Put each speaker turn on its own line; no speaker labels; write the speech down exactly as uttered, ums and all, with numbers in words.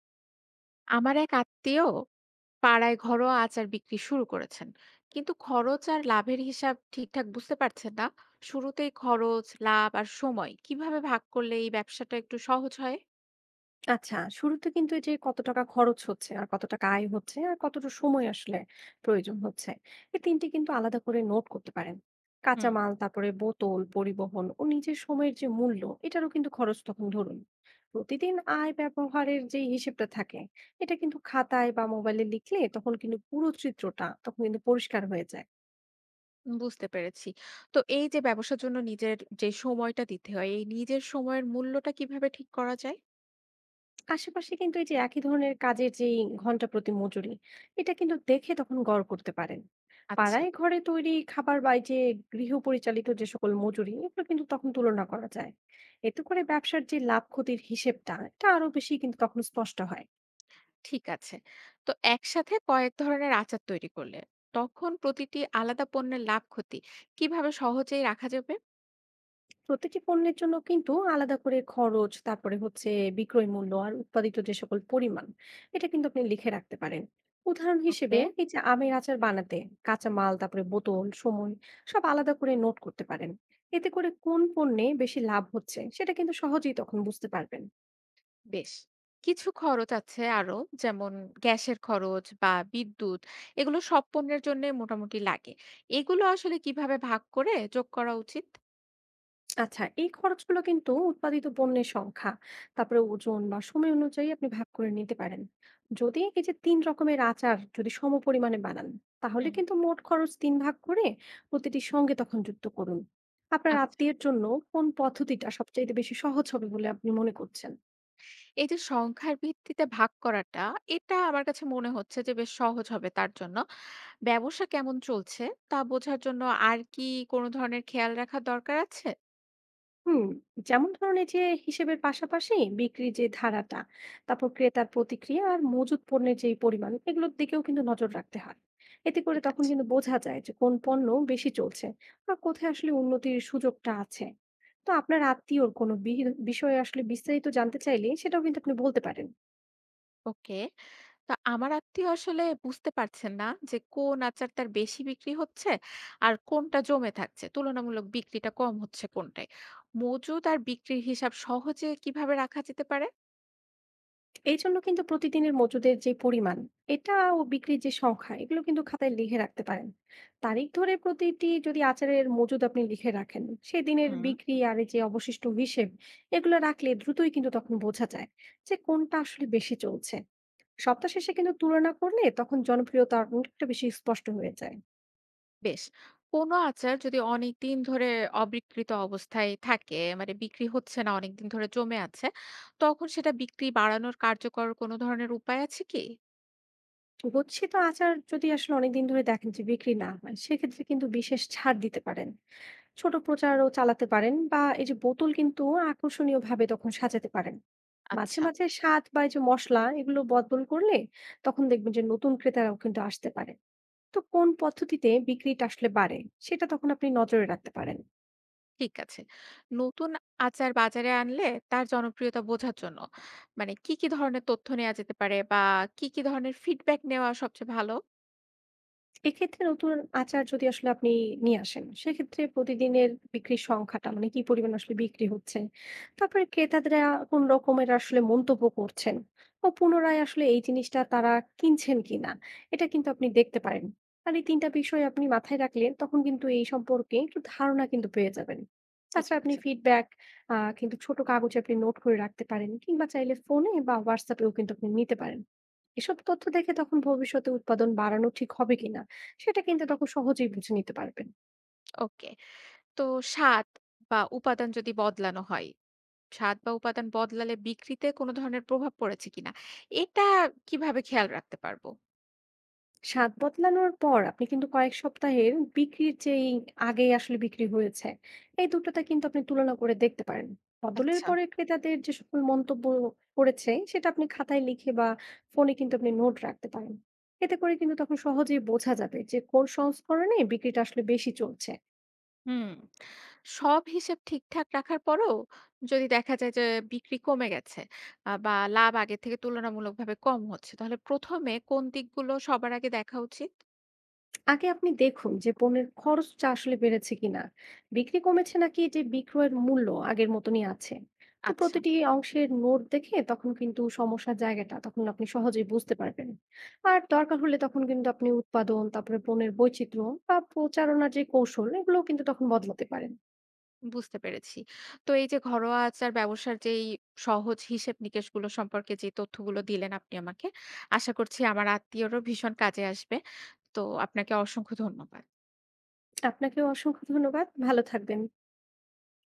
আমার এক আত্মীয় পাড়ায় ঘরোয়া আচার বিক্রি শুরু করেছেন, কিন্তু খরচ আর লাভের হিসাব ঠিকঠাক বুঝতে পারছেন না। শুরুতেই খরচ, লাভ আর সময় কিভাবে ভাগ করলে এই ব্যবসাটা একটু সহজ হয়?
আচ্ছা, শুরুতে কিন্তু এই যে কত টাকা খরচ হচ্ছে, আর কত টাকা আয় হচ্ছে, আর কতটা সময় আসলে প্রয়োজন হচ্ছে। এই তিন টি কিন্তু আলাদা করে নোট করতে পারেন।
হুম,
কাঁচামাল, তারপরে বোতল, পরিবহন ও নিজের সময়ের যে মূল্য, এটারও কিন্তু খরচ তখন ধরুন। প্রতিদিন আয় ব্যবহারের যে হিসেবটা থাকে, এটা কিন্তু খাতায় বা মোবাইলে লিখলে তখন কিন্তু পুরো চিত্রটা তখন কিন্তু পরিষ্কার হয়ে যায়।
বুঝতে পেরেছি। তো এই যে ব্যবসার জন্য নিজের যে সময়টা দিতে হয়, এই নিজের সময়ের মূল্যটা কিভাবে ঠিক করা যায়?
আশেপাশে কিন্তু এই যে একই ধরনের কাজের যে ঘন্টা প্রতি মজুরি এটা কিন্তু দেখে তখন গড় করতে পারেন।
আচ্ছা,
পাড়ায় ঘরে তৈরি খাবার বা এই যে গৃহ পরিচালিত যে সকল মজুরি এগুলো কিন্তু তখন তুলনা করা যায়। এতে করে ব্যবসার যে লাভ ক্ষতির হিসেবটা এটা আরো বেশি কিন্তু তখন স্পষ্ট হয়।
ঠিক আছে। তো একসাথে কয়েক ধরনের আচার তৈরি করলে তখন প্রতিটি আলাদা পণ্যের লাভ ক্ষতি কিভাবে সহজেই রাখা যাবে?
প্রতিটি পণ্যের জন্য কিন্তু আলাদা করে খরচ, তারপরে হচ্ছে বিক্রয় মূল্য আর উৎপাদিত যে সকল পরিমাণ, এটা কিন্তু আপনি লিখে রাখতে পারেন। উদাহরণ
ওকে,
হিসেবে এই যে আমের আচার বানাতে কাঁচা মাল, তারপরে বোতল, সময় সব আলাদা করে নোট করতে পারেন। এতে করে কোন পণ্যে বেশি লাভ হচ্ছে সেটা কিন্তু সহজেই তখন বুঝতে পারবেন।
বেশ। কিছু খরচ আছে আরো, যেমন গ্যাসের খরচ বা বিদ্যুৎ, এগুলো সব পণ্যের জন্য মোটামুটি লাগে। এগুলো আসলে কিভাবে ভাগ করে যোগ করা উচিত?
আচ্ছা, এই খরচগুলো কিন্তু উৎপাদিত পণ্যের সংখ্যা, তারপরে ওজন বা সময় অনুযায়ী আপনি ভাগ করে নিতে পারেন। যদি এই যে তিন রকমের আচার যদি সমপরিমাণে বানান, তাহলে
হুম,
কিন্তু মোট খরচ তিন ভাগ করে প্রতিটির সঙ্গে তখন যুক্ত করুন। আপনার
আচ্ছা।
আত্মীয়ের জন্য কোন পদ্ধতিটা সবচাইতে বেশি সহজ হবে বলে আপনি মনে করছেন?
এই যে সংখ্যার ভিত্তিতে ভাগ করাটা, এটা আমার কাছে মনে হচ্ছে যে বেশ সহজ হবে তার জন্য। ব্যবসা কেমন চলছে তা বোঝার জন্য আর কি কোনো ধরনের খেয়াল রাখার দরকার আছে?
হুম, যেমন ধরুন এই যে হিসেবের পাশাপাশি বিক্রির যে ধারাটা, তারপর ক্রেতার প্রতিক্রিয়া আর মজুত পণ্যের যে পরিমাণ, এগুলোর দিকেও কিন্তু নজর রাখতে হয়। এতে করে
ঠিক
তখন
আছে।
কিন্তু বোঝা যায় যে কোন পণ্য বেশি চলছে বা কোথায় আসলে উন্নতির সুযোগটা আছে। তো আপনার আত্মীয়র কোনো বি- বিষয়ে আসলে বিস্তারিত জানতে চাইলে সেটাও কিন্তু আপনি বলতে পারেন।
ওকে। তা আমার আত্মীয় আসলে বুঝতে পারছেন না যে কোন আচারটার বেশি বিক্রি হচ্ছে আর কোনটা জমে থাকছে, তুলনামূলক বিক্রিটা কম হচ্ছে কোনটায়। মজুদ আর বিক্রির হিসাব সহজে কিভাবে রাখা যেতে পারে?
এই জন্য কিন্তু প্রতিদিনের মজুদের যে পরিমাণ, এটা ও বিক্রির যে সংখ্যা এগুলো কিন্তু খাতায় লিখে রাখতে পারেন। তারিখ ধরে প্রতিটি যদি আচারের মজুদ আপনি লিখে রাখেন, সেদিনের
হুম,
বিক্রি আর এই যে অবশিষ্ট হিসেব, এগুলো রাখলে দ্রুতই কিন্তু তখন বোঝা যায় যে কোনটা আসলে বেশি চলছে। সপ্তাহ শেষে কিন্তু তুলনা করলে তখন জনপ্রিয়তা অনেকটা বেশি স্পষ্ট হয়ে যায়।
বেশ। কোনো আচার যদি অনেক দিন ধরে অবিকৃত অবস্থায় থাকে, মানে বিক্রি হচ্ছে না, অনেক দিন ধরে জমে আছে, তখন সেটা বিক্রি বাড়ানোর কার্যকর কোনো ধরনের উপায় আছে কি?
গচ্ছিত আচার যদি আসলে অনেকদিন ধরে দেখেন যে বিক্রি না হয়, সেক্ষেত্রে কিন্তু বিশেষ ছাড় দিতে পারেন। ছোট প্রচারও চালাতে পারেন বা এই যে বোতল কিন্তু আকর্ষণীয় ভাবে তখন সাজাতে পারেন। মাঝে
আচ্ছা,
মাঝে স্বাদ বা এই যে মশলা এগুলো বদল করলে তখন দেখবেন যে নতুন ক্রেতারাও কিন্তু আসতে পারে। তো কোন পদ্ধতিতে বিক্রিটা আসলে বাড়ে সেটা তখন আপনি নজরে রাখতে পারেন।
ঠিক আছে। নতুন আচার বাজারে আনলে তার জনপ্রিয়তা বোঝার জন্য মানে কি, কি ধরনের তথ্য নেওয়া যেতে পারে, বা কি, কি ধরনের ফিডব্যাক নেওয়া সবচেয়ে ভালো?
এক্ষেত্রে নতুন আচার যদি আসলে আপনি নিয়ে আসেন, সেক্ষেত্রে প্রতিদিনের বিক্রির সংখ্যাটা মানে কি পরিমাণ আসলে বিক্রি হচ্ছে? তারপরে ক্রেতাদেরা কোন রকমের আসলে মন্তব্য করছেন ও পুনরায় আসলে এই জিনিসটা তারা কিনছেন কিনা, এটা কিন্তু আপনি দেখতে পারেন। আর এই তিন টা বিষয় আপনি মাথায় রাখলে তখন কিন্তু এই সম্পর্কে একটু ধারণা কিন্তু পেয়ে যাবেন।
ঠিক
তাছাড়া আপনি
আছে।
ফিডব্যাক আ কিন্তু ছোট কাগজে আপনি নোট করে রাখতে পারেন, কিংবা চাইলে ফোনে বা WhatsApp এও কিন্তু আপনি নিতে পারেন। এসব তথ্য দেখে তখন ভবিষ্যতে উৎপাদন বাড়ানো ঠিক হবে কিনা সেটা কিন্তু তখন সহজেই বুঝে নিতে পারবেন।
ওকে। তো স্বাদ বা উপাদান যদি বদলানো হয়, স্বাদ বা উপাদান বদলালে বিক্রিতে কোনো ধরনের প্রভাব পড়েছে কিনা, এটা কিভাবে খেয়াল রাখতে পারবো?
স্বাদ বদলানোর পর আপনি কিন্তু কয়েক সপ্তাহের বিক্রির যেই আগে আসলে বিক্রি হয়েছে এই দুটোতে কিন্তু আপনি তুলনা করে দেখতে পারেন। বদলের
আচ্ছা।
পরে ক্রেতাদের যে সকল মন্তব্য করেছে সেটা আপনি খাতায় লিখে বা ফোনে কিন্তু আপনি নোট রাখতে পারেন। এতে করে কিন্তু তখন সহজেই বোঝা যাবে যে কোন সংস্করণে বিক্রিটা আসলে বেশি চলছে।
হুম, সব হিসেব ঠিকঠাক রাখার পরও যদি দেখা যায় যে বিক্রি কমে গেছে, আহ, বা লাভ আগের থেকে তুলনামূলকভাবে কম হচ্ছে, তাহলে প্রথমে কোন দিকগুলো সবার আগে দেখা উচিত?
আগে আপনি দেখুন যে পণ্যের খরচটা আসলে বেড়েছে কিনা, বিক্রি কমেছে, নাকি যে বিক্রয়ের মূল্য আগের মতনই আছে। তো
আচ্ছা,
প্রতিটি অংশের নোট দেখে তখন কিন্তু সমস্যার জায়গাটা তখন আপনি সহজেই বুঝতে পারবেন। আর দরকার হলে তখন কিন্তু আপনি উৎপাদন, তারপরে পণ্যের বৈচিত্র্য বা প্রচারণার যে কৌশল এগুলোও কিন্তু তখন বদলাতে পারেন।
বুঝতে পেরেছি। তো এই যে ঘরোয়া আচার ব্যবসার যেই সহজ হিসেব নিকেশগুলো সম্পর্কে যে তথ্যগুলো দিলেন আপনি আমাকে, আশা করছি আমার আত্মীয়রও ভীষণ কাজে আসবে। তো আপনাকে অসংখ্য ধন্যবাদ।
আপনাকেও অসংখ্য ধন্যবাদ। ভালো থাকবেন।